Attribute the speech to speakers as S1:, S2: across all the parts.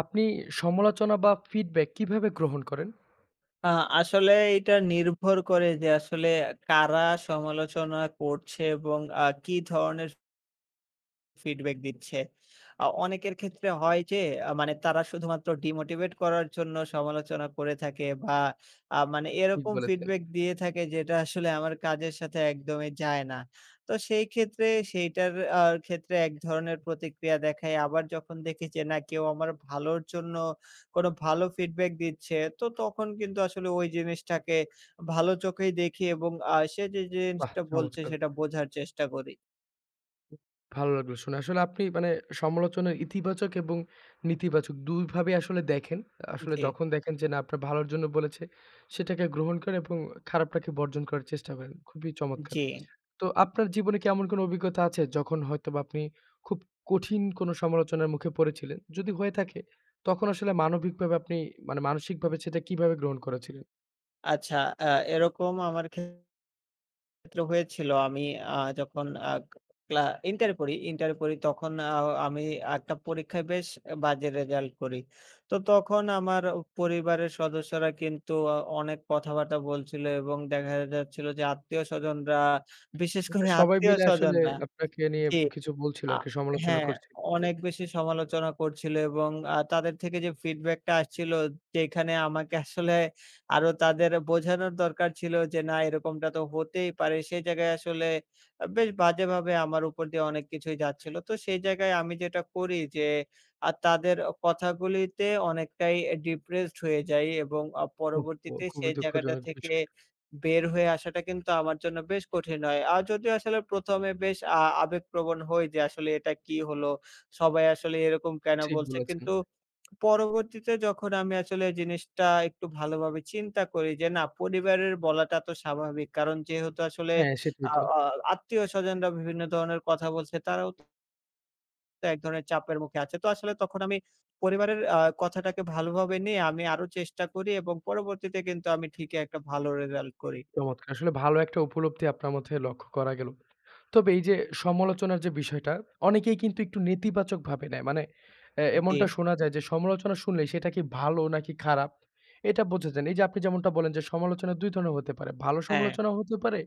S1: আপনি সমালোচনা বা ফিডব্যাক কিভাবে গ্রহণ করেন?
S2: আ আসলে এটা নির্ভর করে যে আসলে কারা সমালোচনা করছে এবং কি ধরনের ফিডব্যাক দিচ্ছে। অনেকের ক্ষেত্রে হয় যে মানে তারা শুধুমাত্র ডিমোটিভেট করার জন্য সমালোচনা করে থাকে বা মানে
S1: ঠিক
S2: এরকম
S1: বলেছেন।
S2: ফিডব্যাক দিয়ে থাকে যেটা আসলে আমার কাজের সাথে একদমই যায় না। তো সেই ক্ষেত্রে সেইটার আ ক্ষেত্রে এক ধরনের প্রতিক্রিয়া দেখাই। আবার যখন দেখি যে না কেউ আমার ভালোর জন্য কোনো ভালো ফিডব্যাক দিচ্ছে তো তখন কিন্তু আসলে ওই জিনিসটাকে ভালো চোখেই দেখি এবং সে যে
S1: বাহ!
S2: জিনিসটা বলছে
S1: চমৎকার।
S2: সেটা বোঝার চেষ্টা করি।
S1: ভালো লাগলো শুনে। আসলে আপনি মানে সমালোচনার ইতিবাচক এবং নেতিবাচক ২ ভাবেই আসলে দেখেন। আসলে
S2: জি,
S1: যখন দেখেন যে না আপনার ভালোর জন্য বলেছে, সেটাকে গ্রহণ করেন এবং খারাপটাকে বর্জন করার চেষ্টা করেন। খুবই চমৎকার।
S2: জি।
S1: তো আপনার জীবনে কি এমন কোনো অভিজ্ঞতা আছে যখন হয়তোবা আপনি খুব কঠিন কোনো সমালোচনার মুখে পড়েছিলেন? যদি হয়ে থাকে, তখন আসলে মানবিকভাবে আপনি মানে মানসিকভাবে সেটা কিভাবে গ্রহণ করেছিলেন?
S2: আচ্ছা, আ এরকম আমার ক্ষেত্রে হয়েছিল। আমি যখন আ ক্লা ইন্টারে পড়ি, তখন আমি একটা পরীক্ষায় বেশ বাজে রেজাল্ট করি। তো তখন আমার পরিবারের সদস্যরা কিন্তু অনেক কথাবার্তা বলছিল এবং দেখা যাচ্ছিল যে আত্মীয়স্বজনরা, বিশেষ
S1: মানে
S2: করে
S1: সবাই মিলে আসলে
S2: আত্মীয়স্বজনরা।
S1: আপনাকে নিয়ে
S2: জি।
S1: কিছু বলছিল
S2: আ
S1: আরকি, সমালোচনা
S2: হ্যাঁ,
S1: করছিল।
S2: অনেক বেশি সমালোচনা করছিল এবং তাদের থেকে যে ফিডব্যাকটা আসছিল যেখানে আমাকে আসলে আরো তাদের বোঝানোর দরকার ছিল যে না এরকমটা তো হতেই পারে। সেই জায়গায় আসলে বেশ বাজেভাবে আমার উপর দিয়ে অনেক কিছুই যাচ্ছিল। তো সেই জায়গায় আমি যেটা করি যে তাদের কথাগুলিতে অনেকটাই ডিপ্রেসড হয়ে যাই এবং
S1: ওহহো!
S2: পরবর্তীতে
S1: খুবই
S2: সেই জায়গাটা
S1: দুঃখজনক
S2: থেকে
S1: বিষয়।
S2: বের হয়ে আসাটা কিন্তু আমার জন্য বেশ কঠিন হয়। আর যদিও আসলে ১ম এ বেশ আবেগপ্রবণ হই যে আসলে এটা কি হলো? সবাই আসলে এরকম কেন
S1: ঠিক
S2: বলছে?
S1: বলেছেন।
S2: কিন্তু পরবর্তীতে যখন আমি আসলে জিনিসটা একটু ভালোভাবে চিন্তা করি যে না পরিবারের বলাটা তো স্বাভাবিক। কারণ যেহেতু আসলে
S1: হ্যাঁ, সেটাই
S2: আ
S1: তো।
S2: আ আত্মীয়স্বজনরা বিভিন্ন ধরনের কথা বলছে তারাও তো এক ধরনের চাপের মুখে আছে। তো আসলে তখন আমি পরিবারের কথাটাকে ভালোভাবে নিয়ে আমি আরো চেষ্টা করি এবং পরবর্তীতে কিন্তু আমি ঠিকই একটা ভালো রেজাল্ট করি।
S1: চমৎকার! আসলে ভালো একটা উপলব্ধি আপনার মধ্যে লক্ষ্য করা গেল। তবে এই যে সমালোচনার যে বিষয়টা, অনেকেই কিন্তু একটু নেতিবাচকভাবে নেয়। মানে এ
S2: জি।
S1: এমনটা শোনা যায় যে সমালোচনা শুনলেই সেটা কি ভালো নাকি খারাপ এটা বোঝা যায় না। এই যে আপনি যেমনটা বলেন যে সমালোচনা ২ ধরনের হতে পারে। ভালো
S2: হ্যাঁ,
S1: সমালোচনাও হতে পারে,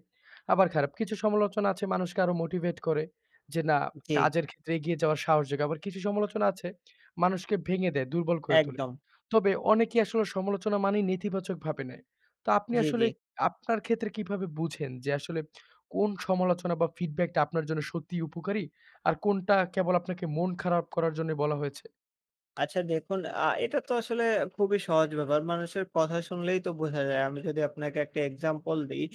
S1: আবার খারাপ। কিছু সমালোচনা আছে মানুষকে আরো মোটিভেট করে যে না
S2: জি,
S1: কাজের ক্ষেত্রে এগিয়ে যাওয়ার সাহস জাগায়। আবার কিছু সমালোচনা আছে মানুষকে ভেঙে দেয়, দুর্বল করে তোলে।
S2: একদম।
S1: তবে অনেকেই আসলে সমালোচনা মানেই নেতিবাচকভাবে নেয়। তো আপনি
S2: জি, জি।
S1: আসলে আপনার ক্ষেত্রে কিভাবে বুঝেন যে আসলে কোন সমালোচনা বা ফিডব্যাকটা আপনার জন্য সত্যিই উপকারী? আর কোনটা কেবল আপনাকে মন খারাপ করার জন্য বলা হয়েছে?
S2: আচ্ছা দেখুন এটা তো আসলে খুবই সহজ ব্যাপার। মানুষের কথা শুনলেই তো বোঝা যায়। আমি যদি আপনাকে একটা এক্সাম্পল দিই।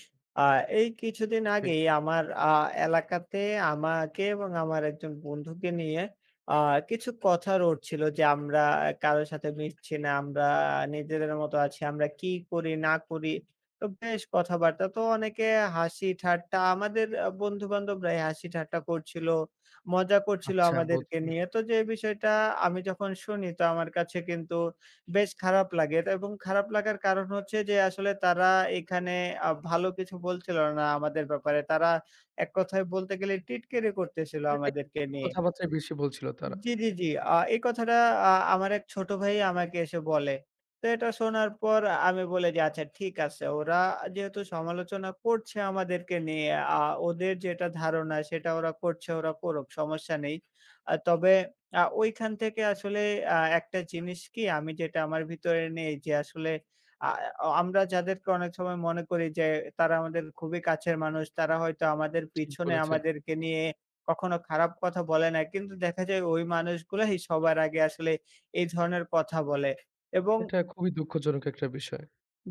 S2: আ এই কিছুদিন
S1: জি।
S2: আগেই আমার এলাকাতে আমাকে এবং আমার একজন বন্ধুকে নিয়ে আ কিছু কথা রটছিল যে, আমরা কারো সাথে মিশছি না। আমরা নিজেদের মতো আছি। আমরা কি করি না করি। তো বেশ কথাবার্তা। তো অনেকে হাসি ঠাট্টা আমাদের বন্ধু-বান্ধবরাই হাসি ঠাট্টা করছিল। মজা করছিল
S1: আচ্ছা
S2: আমাদেরকে
S1: বুঝতে
S2: নিয়ে।
S1: পেরেছি।
S2: তো যে বিষয়টা আমি যখন শুনি তো আমার কাছে কিন্তু বেশ খারাপ লাগে তা এবং খারাপ লাগার কারণ হচ্ছে যে আসলে তারা এখানে ভালো কিছু বলছিল না আমাদের ব্যাপারে। তারা এক কথায় বলতে গেলে টিটকিরি করতেছিল
S1: মানে
S2: আমাদেরকে
S1: নেতিবাচক
S2: নিয়ে।
S1: কথাবার্তাই বেশি বলছিল তারা।
S2: জি, জি, জি। এই কথাটা আমার এক ছোট ভাই আমাকে এসে বলে। তো এটা শোনার পর আমি বলি যে, "আচ্ছা ঠিক আছে। ওরা যেহেতু সমালোচনা করছে আমাদেরকে নিয়ে, আ ওদের যেটা ধারণা সেটা ওরা করছে, ওরা করুক। সমস্যা নেই।" তবে ওইখান থেকে আসলে একটা জিনিস কি আমি যেটা আমার ভিতরে নেই যে আসলে আ অ আমরা যাদেরকে অনেক সময় মনে করি যে তারা আমাদের খুবই কাছের মানুষ, তারা হয়তো আমাদের
S1: ঠিক
S2: পিছনে
S1: বলেছেন।
S2: আমাদেরকে নিয়ে কখনো খারাপ কথা বলে না। কিন্তু দেখা যায় ওই মানুষগুলাই সবার আগে আসলে এই ধরনের কথা বলে এবং।
S1: এটা খুবই দুঃখজনক একটা বিষয়।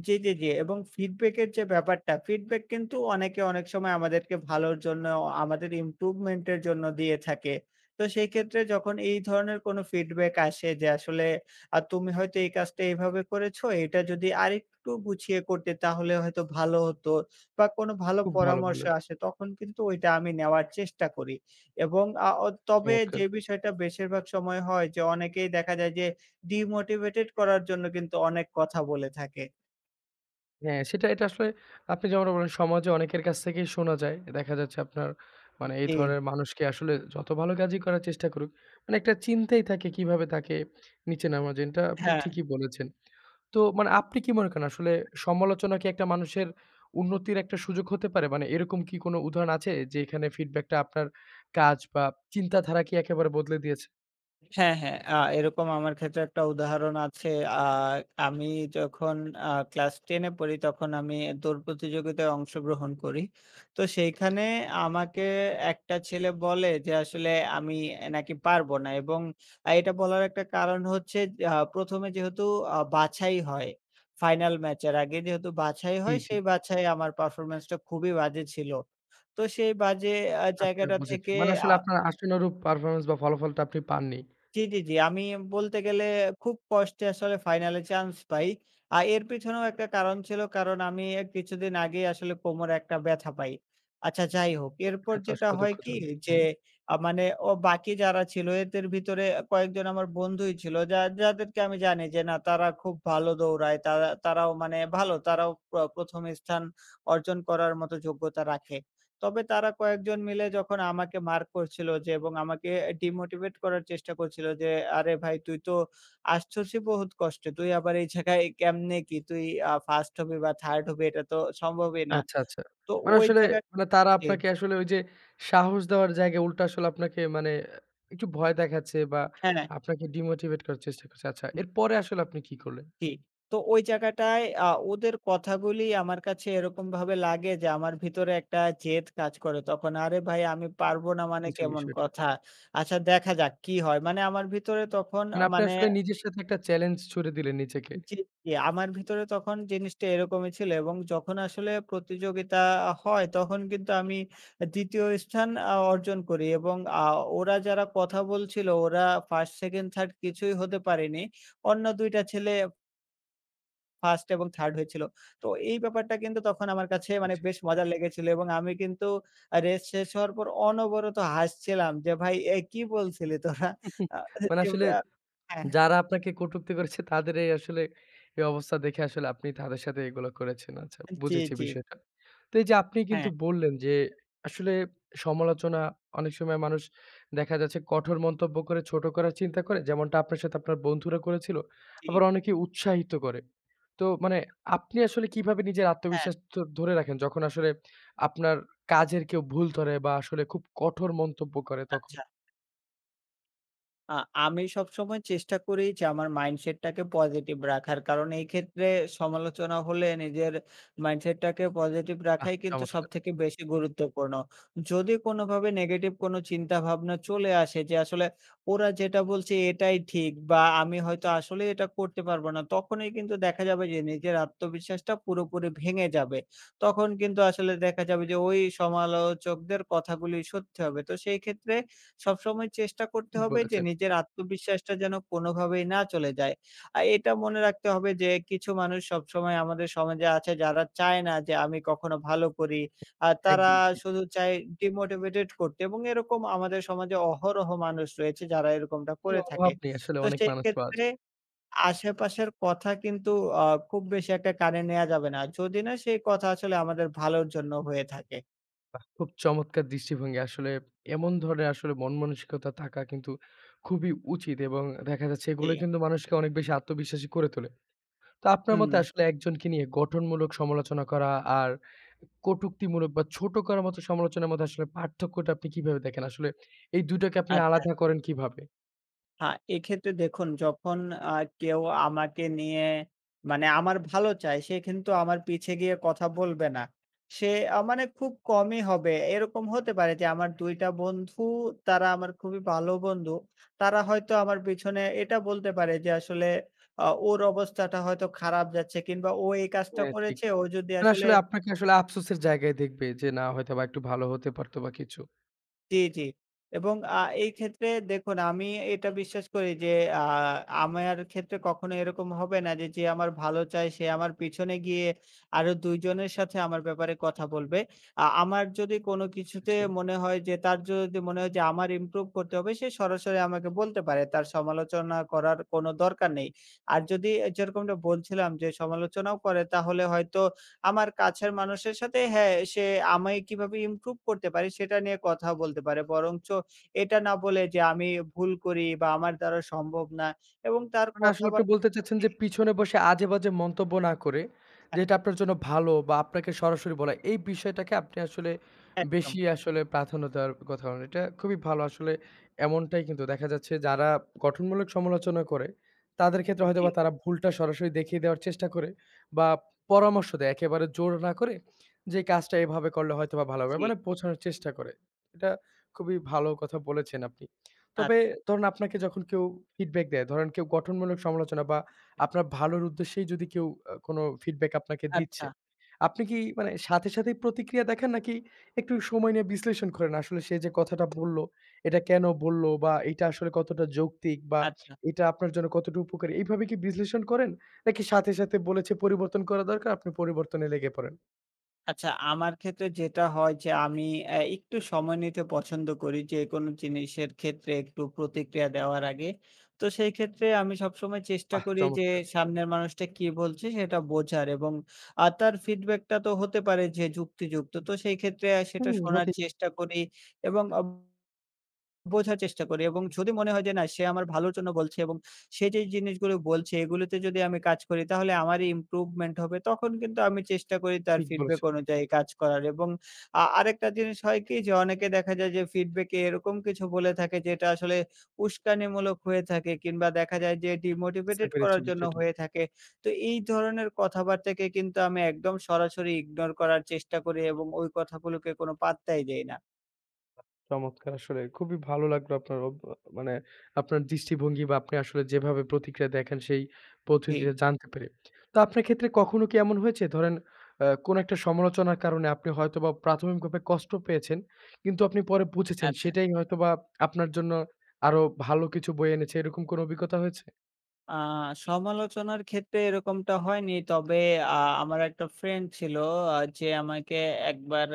S2: জি, জি, জি। এবং ফিডব্যাকের যে ব্যাপারটা, ফিডব্যাক কিন্তু অনেকে অনেক সময় আমাদেরকে ভালোর জন্য, আমাদের ইমপ্রুভমেন্ট এর জন্য দিয়ে থাকে। তো সেই ক্ষেত্রে যখন এই ধরনের কোনো ফিডব্যাক আসে যে আসলে তুমি হয়তো এই কাজটা এভাবে করেছো, এটা যদি আরেকটু গুছিয়ে করতে তাহলে হয়তো ভালো হতো বা কোনো ভালো
S1: খুব ভালো
S2: পরামর্শ
S1: বললেন।
S2: আসে তখন কিন্তু ওইটা আমি নেওয়ার চেষ্টা করি। এবং আ অ তবে যে
S1: চমৎকার!
S2: বিষয়টা বেশিরভাগ সময় হয় যে অনেকেই দেখা যায় যে ডিমোটিভেটেড করার জন্য কিন্তু অনেক কথা বলে থাকে।
S1: হ্যাঁ, সেটা এটা আসলে আপনি যেমনটা বললেন সমাজে অনেকের কাছ থেকেই শোনা যায়। দেখা যাচ্ছে আপনার মানে এই
S2: জি,
S1: ধরনের মানুষকে আসলে যত ভালো কাজই করার চেষ্টা করুক, মানে একটা চিন্তাই থাকে কিভাবে তাকে নিচে নামা যায়। এটা আপনি
S2: হ্যাঁ,
S1: ঠিকই বলেছেন। তো মানে আপনি কি মনে করেন আসলে সমালোচনা কি একটা মানুষের উন্নতির একটা সুযোগ হতে পারে? মানে এরকম কি কোনো উদাহরণ আছে যেখানে ফিডব্যাকটা আপনার কাজ বা চিন্তাধারা কি একেবারে বদলে দিয়েছে?
S2: হ্যাঁ, হ্যাঁ। এরকম আমার ক্ষেত্রে একটা উদাহরণ আছে। আ আমি যখন ক্লাস 10 এ পড়ি তখন আমি দৌড় প্রতিযোগিতায় অংশগ্রহণ করি। তো সেইখানে আমাকে একটা ছেলে বলে যে আসলে আমি নাকি পারব না এবং এটা বলার একটা কারণ হচ্ছে ১ম এ যেহেতু বাছাই হয়, ফাইনাল ম্যাচের আগে যেহেতু বাছাই
S1: জি,
S2: হয়
S1: জি।
S2: সেই বাছাই আমার পারফরম্যান্সটা খুবই বাজে ছিল। তো সেই বাজে
S1: আচ্ছা
S2: জায়গাটা
S1: বুঝেছি।
S2: থেকে।
S1: মানে
S2: আ
S1: আসলে আপনার আশানুরূপ পারফরম্যান্স বা ফলাফলটা আপনি পাননি।
S2: জি, জি, জি। আমি বলতে গেলে খুব কষ্টে আসলে ফাইনালে চান্স পাই। এর পেছনেও একটা কারণ ছিল। কারণ আমি কিছুদিন আগেই আসলে কোমরে একটা ব্যথা পাই। আচ্ছা যাই হোক। এরপর
S1: এটা তো
S2: যেটা
S1: আসলে
S2: হয় কি
S1: দুঃখজনক।
S2: যে
S1: হুম।
S2: মানে ও বাকি যারা ছিল এদের ভিতরে কয়েকজন আমার বন্ধুই ছিল। যাদেরকে আমি জানি যে না তারা খুব ভালো দৌড়ায়। তারাও মানে ভালো। তারাও ১ম স্থান অর্জন করার মতো যোগ্যতা রাখে। তবে তারা কয়েকজন মিলে যখন আমাকে মার্ক করছিল যে এবং আমাকে ডিমোটিভেট করার চেষ্টা করছিল যে, "আরে ভাই তুই তো আসছসই বহুত কষ্টে। তুই আবার এই জায়গায় কেমনে কি? তুই 1st হবি বা 3rd হবি এটা তো সম্ভবই না।"
S1: আচ্ছা, আচ্ছা।
S2: তো
S1: মানে
S2: ওই
S1: আসলে
S2: জায়গা।
S1: মানে তারা
S2: জি,
S1: আপনাকে আসলে ওই যে সাহস দেওয়ার জায়গায় উল্টা আসলে আপনাকে মানে একটু ভয় দেখাচ্ছে বা
S2: হ্যাঁ, হ্যাঁ,
S1: আপনাকে ডিমোটিভেট করার চেষ্টা করছে। আচ্ছা এরপরে আসলে আপনি কি করলেন?
S2: জি। তো ওই জায়গাটায় ওদের কথাগুলি আমার কাছে এরকমভাবে লাগে যে আমার ভিতরে একটা জেদ কাজ করে তখন। "আরে ভাই আমি পারব না মানে
S1: বুঝেছি
S2: কেমন
S1: বিষয়টা।
S2: কথা? আচ্ছা দেখা যাক কি হয়?" মানে আমার ভিতরে তখন
S1: মানে আপনি
S2: মানে।
S1: আসলে নিজের সাথে একটা চ্যালেঞ্জ ছুড়ে দিলেন নিজেকে।
S2: জি, জি। আমার ভিতরে তখন জিনিসটা এরকমই ছিল এবং যখন আসলে প্রতিযোগিতা হয় তখন কিন্তু আমি দ্বিতীয় স্থান অর্জন করি এবং ওরা যারা কথা বলছিল ওরা 1st, 2nd, 3rd কিছুই হতে পারেনি। অন্য ২ টা ছেলে 1st এবং 3rd হয়েছিল। তো এই ব্যাপারটা কিন্তু তখন আমার কাছে মানে
S1: আচ্ছা।
S2: বেশ মজা লেগেছিল এবং আমি কিন্তু রেস শেষ হওয়ার পর অনবরত হাসছিলাম যে, "ভাই এ কি বলছিলি তোরা?" আ
S1: মানে
S2: যে
S1: আসলে
S2: ব্যা হ্যাঁ,
S1: যারা আপনাকে কটূক্তি করেছে তাদের এই আসলে এই অবস্থা দেখে আসলে আপনি তাদের সাথে এগুলো করেছেন। আচ্ছা,
S2: জি,
S1: বুঝেছি
S2: জি।
S1: বিষয়টা। তো এই যে আপনি কিন্তু
S2: হ্যাঁ,
S1: বললেন যে আসলে সমালোচনা অনেক সময় মানুষ দেখা যাচ্ছে কঠোর মন্তব্য করে ছোট করার চিন্তা করে। যেমনটা আপনার সাথে আপনার বন্ধুরা করেছিল।
S2: জি,
S1: আবার অনেকে উৎসাহিত করে। তো মানে আপনি আসলে কিভাবে নিজের
S2: হ্যাঁ,
S1: আত্মবিশ্বাস ধরে রাখেন যখন আসলে আপনার কাজের কেউ ভুল ধরে বা আসলে খুব কঠোর মন্তব্য করে তখন?
S2: আচ্ছা। আ আমি সবসময় চেষ্টা করি যে আমার মাইন্ডসেটটাকে পজিটিভ রাখার। কারণ এই ক্ষেত্রে সমালোচনা হলে নিজের মাইন্ডসেটটাকে পজিটিভ
S1: বাহ!
S2: রাখাই কিন্তু
S1: চমৎকার।
S2: সবথেকে বেশি গুরুত্বপূর্ণ। যদি কোনোভাবে নেগেটিভ কোনো চিন্তাভাবনা চলে আসে যে আসলে ওরা যেটা বলছে এটাই ঠিক বা আমি হয়তো আসলেই এটা করতে পারবো না, তখনই কিন্তু দেখা যাবে যে নিজের আত্মবিশ্বাসটা পুরোপুরি ভেঙে যাবে। তখন কিন্তু আসলে দেখা যাবে যে ওই সমালোচকদের কথাগুলি সত্যি হবে। তো সেই ক্ষেত্রে সবসময় চেষ্টা করতে
S1: ঠিক
S2: হবে যে
S1: বলেছেন।
S2: নিজের আত্মবিশ্বাসটা যেন কোনোভাবেই না চলে যায়। আর এটা মনে রাখতে হবে যে কিছু মানুষ সবসময় আমাদের সমাজে আছে যারা চায় না যে আমি কখনো ভালো করি। আর তারা
S1: একদম ঠিক।
S2: শুধু চায় ডিমোটিভেটেড করতে এবং এরকম আমাদের সমাজে অহরহ মানুষ রয়েছে যারা এরকমটা
S1: কোনো
S2: করে থাকে।
S1: অভাব নেই আসলে
S2: তো
S1: অনেক
S2: সেই
S1: মানুষ পাওয়া
S2: ক্ষেত্রে
S1: যায়।
S2: আশেপাশের কথা কিন্তু আ খুব বেশি একটা কানে নেয়া যাবে না। যদি না সেই কথা আসলে আমাদের ভালোর জন্য হয়ে থাকে।
S1: বাহ! খুব চমৎকার দৃষ্টিভঙ্গি। আসলে এমন ধরনের আসলে মন-মানসিকতা থাকা কিন্তু খুবই উচিত এবং দেখা যাচ্ছে
S2: জি,
S1: এগুলো কিন্তু মানুষকে অনেক বেশি আত্মবিশ্বাসী করে তোলে। তো আপনার
S2: হুম,
S1: মতে আসলে একজনকে নিয়ে গঠনমূলক সমালোচনা করা আর কটুক্তিমূলক বা ছোট করার মতো সমালোচনার মধ্যে আসলে পার্থক্যটা আপনি কিভাবে দেখেন? আসলে এই ২ টাকে আপনি
S2: আচ্ছা।
S1: আলাদা করেন কিভাবে?
S2: আ এক্ষেত্রে দেখুন যখন আ কেউ আমাকে নিয়ে মানে আমার ভালো চায়, সে কিন্তু আমার পিছে গিয়ে কথা বলবে না। সে মানে খুব কমই হবে। এরকম হতে পারে যে আমার ২ টা বন্ধু তারা আমার খুবই ভালো বন্ধু। তারা হয়তো আমার পিছনে এটা বলতে পারে যে আসলে ওর অবস্থাটা হয়তো খারাপ যাচ্ছে কিংবা ও এই কাজটা
S1: হ্যাঁ, ঠিক।
S2: করেছে, ও যদি
S1: মানে
S2: আসলে।
S1: আসলে আপনাকে আসলে আফসোসের জায়গায় দেখবে যে না হয়তোবা একটু ভালো হতে পারতো বা কিছু।
S2: জি, জি। এবং এই ক্ষেত্রে দেখুন আমি এটা বিশ্বাস করি যে আ আমার ক্ষেত্রে কখনো এরকম হবে না যে, যে আমার ভালো চায় সে আমার পিছনে গিয়ে আরো ২ জনের সাথে আমার ব্যাপারে কথা বলবে। আমার যদি কোনো কিছুতে
S1: জি।
S2: মনে হয় যে তার যদি মনে হয় যে আমার ইমপ্রুভ করতে হবে সে সরাসরি আমাকে বলতে পারে। তার সমালোচনা করার কোনো দরকার নেই। আর যদি যেরকমটা বলছিলাম যে সমালোচনাও করে তাহলে হয়তো আমার কাছের মানুষের সাথে হ্যাঁ, সে আমায় কিভাবে ইমপ্রুভ করতে পারি সেটা নিয়ে কথা বলতে পারে। বরঞ্চ এটা না বলে যে আমি ভুল করি বা আমার দ্বারা সম্ভব না এবং তার
S1: মানে আসলে আপনি
S2: কথাবার্তা।
S1: বলতে চাচ্ছেন যে পিছনে বসে আজে-বাজে মন্তব্য না করে,
S2: হ্যাঁ,
S1: যেটা আপনার জন্য ভালো বা আপনাকে সরাসরি বলা, এই বিষয়টাকে আপনি আসলে
S2: একদম।
S1: বেশি আসলে প্রাধান্য দেওয়ার কথা বলেন। এটা খুবই ভালো আসলে এমনটাই কিন্তু দেখা যাচ্ছে যারা গঠনমূলক সমালোচনা করে, তাদের ক্ষেত্রে
S2: জি,
S1: হয়তোবা তারা ভুলটা সরাসরি দেখিয়ে দেওয়ার চেষ্টা করে বা পরামর্শ দেয় একেবারে জোর না করে, যে কাজটা এভাবে করলে হয়তোবা ভালো হবে।
S2: জি।
S1: মানে বোঝানোর চেষ্টা করে। এটা খুবই ভালো কথা বলেছেন আপনি। তবে
S2: আচ্ছা,
S1: ধরুন আপনাকে যখন কেউ ফিডব্যাক দেয়, ধরেন কেউ গঠনমূলক সমালোচনা বা আপনার ভালোর উদ্দেশ্যেই যদি কেউ কোন ফিডব্যাক আপনাকে
S2: আচ্ছা,
S1: দিচ্ছে, আপনি কি মানে সাথে, সাথেই প্রতিক্রিয়া দেখান নাকি একটু সময় নিয়ে বিশ্লেষণ করেন? আসলে সে যে কথাটা বলল, এটা কেন বলল বা এটা আসলে কতটা যৌক্তিক বা
S2: আচ্ছা।
S1: এটা আপনার জন্য কতটুকু উপকারী? এইভাবে কি বিশ্লেষণ করেন? নাকি সাথে, সাথে বলেছে পরিবর্তন করা দরকার, আপনি পরিবর্তনে লেগে পড়েন?
S2: আচ্ছা, আমার ক্ষেত্রে যেটা হয় যে আমি একটু সময় নিতে পছন্দ করি যেকোনো জিনিসের ক্ষেত্রে একটু প্রতিক্রিয়া দেওয়ার আগে। তো সেই ক্ষেত্রে আমি সবসময় চেষ্টা
S1: বাহ!
S2: করি যে
S1: চমৎকার!
S2: সামনের মানুষটা কি বলছে সেটা বোঝার এবং তার ফিডব্যাকটা তো হতে পারে যে যুক্তিযুক্ত। তো সেই ক্ষেত্রে সেটা
S1: হুম,
S2: শোনার
S1: হতেই
S2: চেষ্টা করি এবং বোঝার চেষ্টা করি এবং যদি মনে হয় যে না সে আমার ভালোর জন্য বলছে এবং সে যে জিনিসগুলো বলছে এগুলোতে যদি আমি কাজ করি তাহলে আমারই ইমপ্রুভমেন্ট হবে। তখন কিন্তু আমি চেষ্টা করি তার
S1: ঠিক
S2: ফিডব্যাক
S1: বলেছেন।
S2: অনুযায়ী কাজ করার এবং আরেকটা জিনিস হয় কি যে অনেকে দেখা যায় যে ফিডব্যাকে এরকম কিছু বলে থাকে যেটা আসলে উস্কানিমূলক হয়ে থাকে কিংবা দেখা যায় যে
S1: বুঝতে
S2: ডিমোটিভেটেড
S1: পেরেছি
S2: করার জন্য
S1: বিষয়টা।
S2: হয়ে থাকে। তো এই ধরনের কথাবার্তাকে কিন্তু আমি একদম সরাসরি ইগনোর করার চেষ্টা করি এবং ওই কথাগুলোকে কোনো পাত্তাই দেই না।
S1: চমৎকার আসলে খুবই ভালো লাগলো আপনার মানে আপনার দৃষ্টিভঙ্গি বা আপনি আসলে যেভাবে প্রতিক্রিয়া দেখেন সেই
S2: জি।
S1: পদ্ধতিটা জানতে পেরে। তো আপনার ক্ষেত্রে কখনো কি এমন হয়েছে ধরেন কোনো একটা সমালোচনার কারণে আপনি হয়তোবা প্রাথমিকভাবে কষ্ট পেয়েছেন, কিন্তু আপনি পরে বুঝেছেন
S2: আচ্ছা।
S1: সেটাই হয়তোবা আপনার জন্য আরো ভালো কিছু বয়ে এনেছে এরকম কোনো অভিজ্ঞতা হয়েছে?
S2: আ সমালোচনার ক্ষেত্রে এরকমটা হয়নি। তবে আ আমার একটা ফ্রেন্ড ছিল যে আমাকে একবার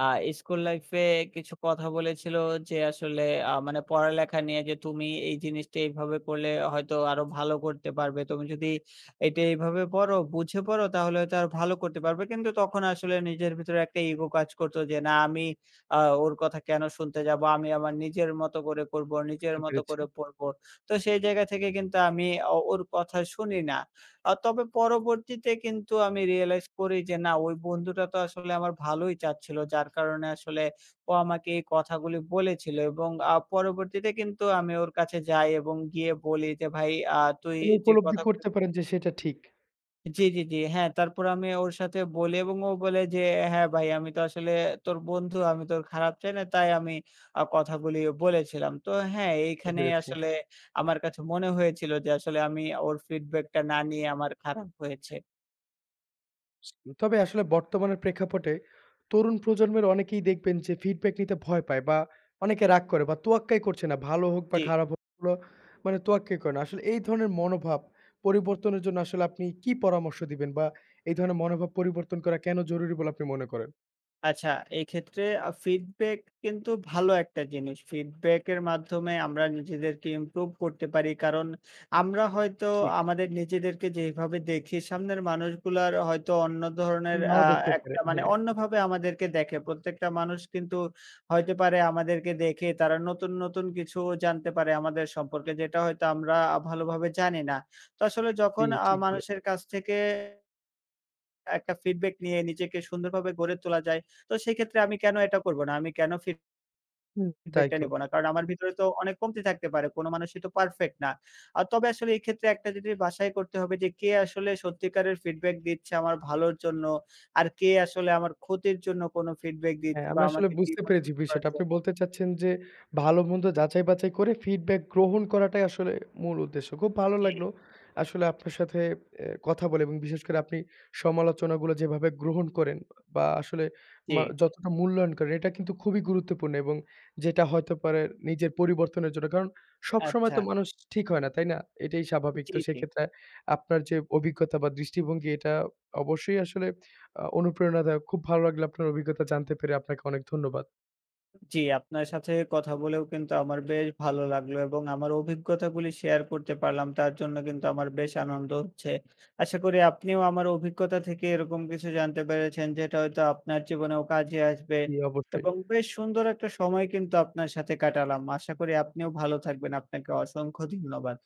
S2: আ স্কুল লাইফ এ কিছু কথা বলেছিল যে আসলে মানে পড়ালেখা নিয়ে যে, "তুমি এই জিনিসটা এইভাবে করলে হয়তো আরো ভালো করতে পারবে। তুমি যদি এটা এইভাবে পড়ো, বুঝে পড়ো তাহলে হয়তো আরো ভালো করতে পারবে।" কিন্তু তখন আসলে নিজের ভিতরে একটা ইগো কাজ করত যে, "না আমি আ ওর কথা কেন শুনতে যাব? আমি আমার নিজের মতো করে করব, নিজের
S1: বুঝতে
S2: মতো
S1: পেরেছি।
S2: করে পড়ব।" তো সেই জায়গা থেকে কিন্তু আমি ওর কথা শুনি না। তবে পরবর্তীতে কিন্তু আমি রিয়ালাইজ করি যে না ওই বন্ধুটা তো আসলে আমার ভালোই চাচ্ছিল। যার কারণে আসলে ও আমাকে এই কথাগুলি বলেছিল এবং পরবর্তীতে কিন্তু আমি ওর কাছে যাই এবং গিয়ে বলি যে, "ভাই তুই
S1: মানে
S2: যে
S1: উপলব্ধি
S2: কথা।"
S1: করতে পারেন যে সেটা ঠিক।
S2: জি, জি, জি। হ্যাঁ, তারপর আমি ওর সাথে বলি এবং ও বলে যে, "হ্যাঁ ভাই, আমি তো আসলে তোর বন্ধু, আমি তোর খারাপ চাই না, তাই আমি কথাগুলি বলেছিলাম।" তো হ্যাঁ,
S1: বুঝতে
S2: এইখানেই
S1: পেরেছি।
S2: আসলে আমার কাছে মনে হয়েছিল যে আসলে আমি ওর ফিডব্যাকটা না নিয়ে আমার খারাপ হয়েছে।
S1: তবে আসলে বর্তমানের প্রেক্ষাপটে তরুণ প্রজন্মের অনেকেই দেখবেন যে ফিডব্যাক নিতে ভয় পায় বা অনেকে রাগ করে বা তোয়াক্কাই করছে না। ভালো হোক বা
S2: জি।
S1: খারাপ হোক ওগুলো মানে তোয়াক্কাই করে না। আসলে এই ধরনের মনোভাব পরিবর্তনের জন্য আসলে আপনি কি পরামর্শ দিবেন? বা এই ধরনের মনোভাব পরিবর্তন করা কেন জরুরি বলে আপনি মনে করেন?
S2: আচ্ছা, এক্ষেত্রে ফিডব্যাক কিন্তু ভালো একটা জিনিস। ফিডব্যাকের মাধ্যমে আমরা নিজেদেরকে ইমপ্রুভ করতে পারি। কারণ আমরা হয়তো
S1: ঠিক।
S2: আমাদের নিজেদেরকে যেভাবে দেখি, সামনের মানুষগুলার হয়তো অন্য ধরনের
S1: নাও দেখতে পারে।
S2: একটা মানে
S1: হ্যাঁ,
S2: অন্যভাবে আমাদেরকে দেখে। প্রত্যেকটা মানুষ কিন্তু হইতে পারে আমাদেরকে দেখে তারা নতুন, নতুন কিছু জানতে পারে আমাদের সম্পর্কে, যেটা হয়তো আমরা ভালোভাবে জানি না। তো আসলে
S1: জি
S2: যখন
S1: ঠিক
S2: মানুষের
S1: বলেছেন।
S2: কাছ থেকে একটা ফিডব্যাক নিয়ে নিজেকে সুন্দরভাবে গড়ে তোলা যায়। তো সেক্ষেত্রে আমি কেন এটা করব না? আমি কেন
S1: হুম, তাই
S2: ফিডব্যাকটা
S1: তো।
S2: নিব না? কারণ আমার ভিতরে তো অনেক কমতি থাকতে পারে। কোন মানুষই তো পারফেক্ট না। তবে আসলে এই ক্ষেত্রে একটা জিনিস বাছাই করতে হবে যে কে আসলে সত্যিকারের ফিডব্যাক দিচ্ছে আমার ভালোর জন্য, আর কে আসলে আমার ক্ষতির জন্য কোন ফিডব্যাক
S1: হ্যাঁ,
S2: দিচ্ছে বা
S1: আমি আসলে
S2: আমাকে
S1: বুঝতে পেরেছি
S2: ডিমোটিভেট করার
S1: বিষয়টা। আপনি
S2: জন্য।
S1: বলতে চাচ্ছেন যে, ভালো-মন্দ যাচাই-বাছাই করে ফিডব্যাক গ্রহণ করাটাই আসলে মূল উদ্দেশ্য। খুব ভালো
S2: জি,
S1: লাগলো আসলে আপনার সাথে এ কথা বলে এবং বিশেষ করে আপনি সমালোচনাগুলো যেভাবে গ্রহণ করেন বা আসলে
S2: জি।
S1: যতটা মূল্যায়ন করেন, এটা কিন্তু খুবই গুরুত্বপূর্ণ এবং যেটা হয়তো পারে নিজের পরিবর্তনের জন্য। কারণ সবসময়
S2: আচ্ছা।
S1: তো মানুষ ঠিক হয় না, তাই না? এটাই স্বাভাবিক।
S2: জি,
S1: তো
S2: জি।
S1: সেক্ষেত্রে আপনার যে অভিজ্ঞতা বা দৃষ্টিভঙ্গি, এটা অবশ্যই আসলে অনুপ্রেরণাদায়ক। খুব ভালো লাগলো আপনার অভিজ্ঞতা জানতে পেরে। আপনাকে অনেক ধন্যবাদ।
S2: জি, আপনার সাথে কথা বলেও কিন্তু আমার বেশ ভালো লাগলো এবং আমার অভিজ্ঞতাগুলি শেয়ার করতে পারলাম। তার জন্য কিন্তু আমার বেশ আনন্দ হচ্ছে। আশা করি আপনিও আমার অভিজ্ঞতা থেকে এরকম কিছু জানতে পেরেছেন যেটা হয়তো আপনার জীবনেও কাজে আসবে
S1: জি, অবশ্যই।
S2: এবং বেশ সুন্দর একটা সময় কিন্তু আপনার সাথে কাটালাম। আশা করি আপনিও ভালো থাকবেন। আপনাকে অসংখ্য ধন্যবাদ।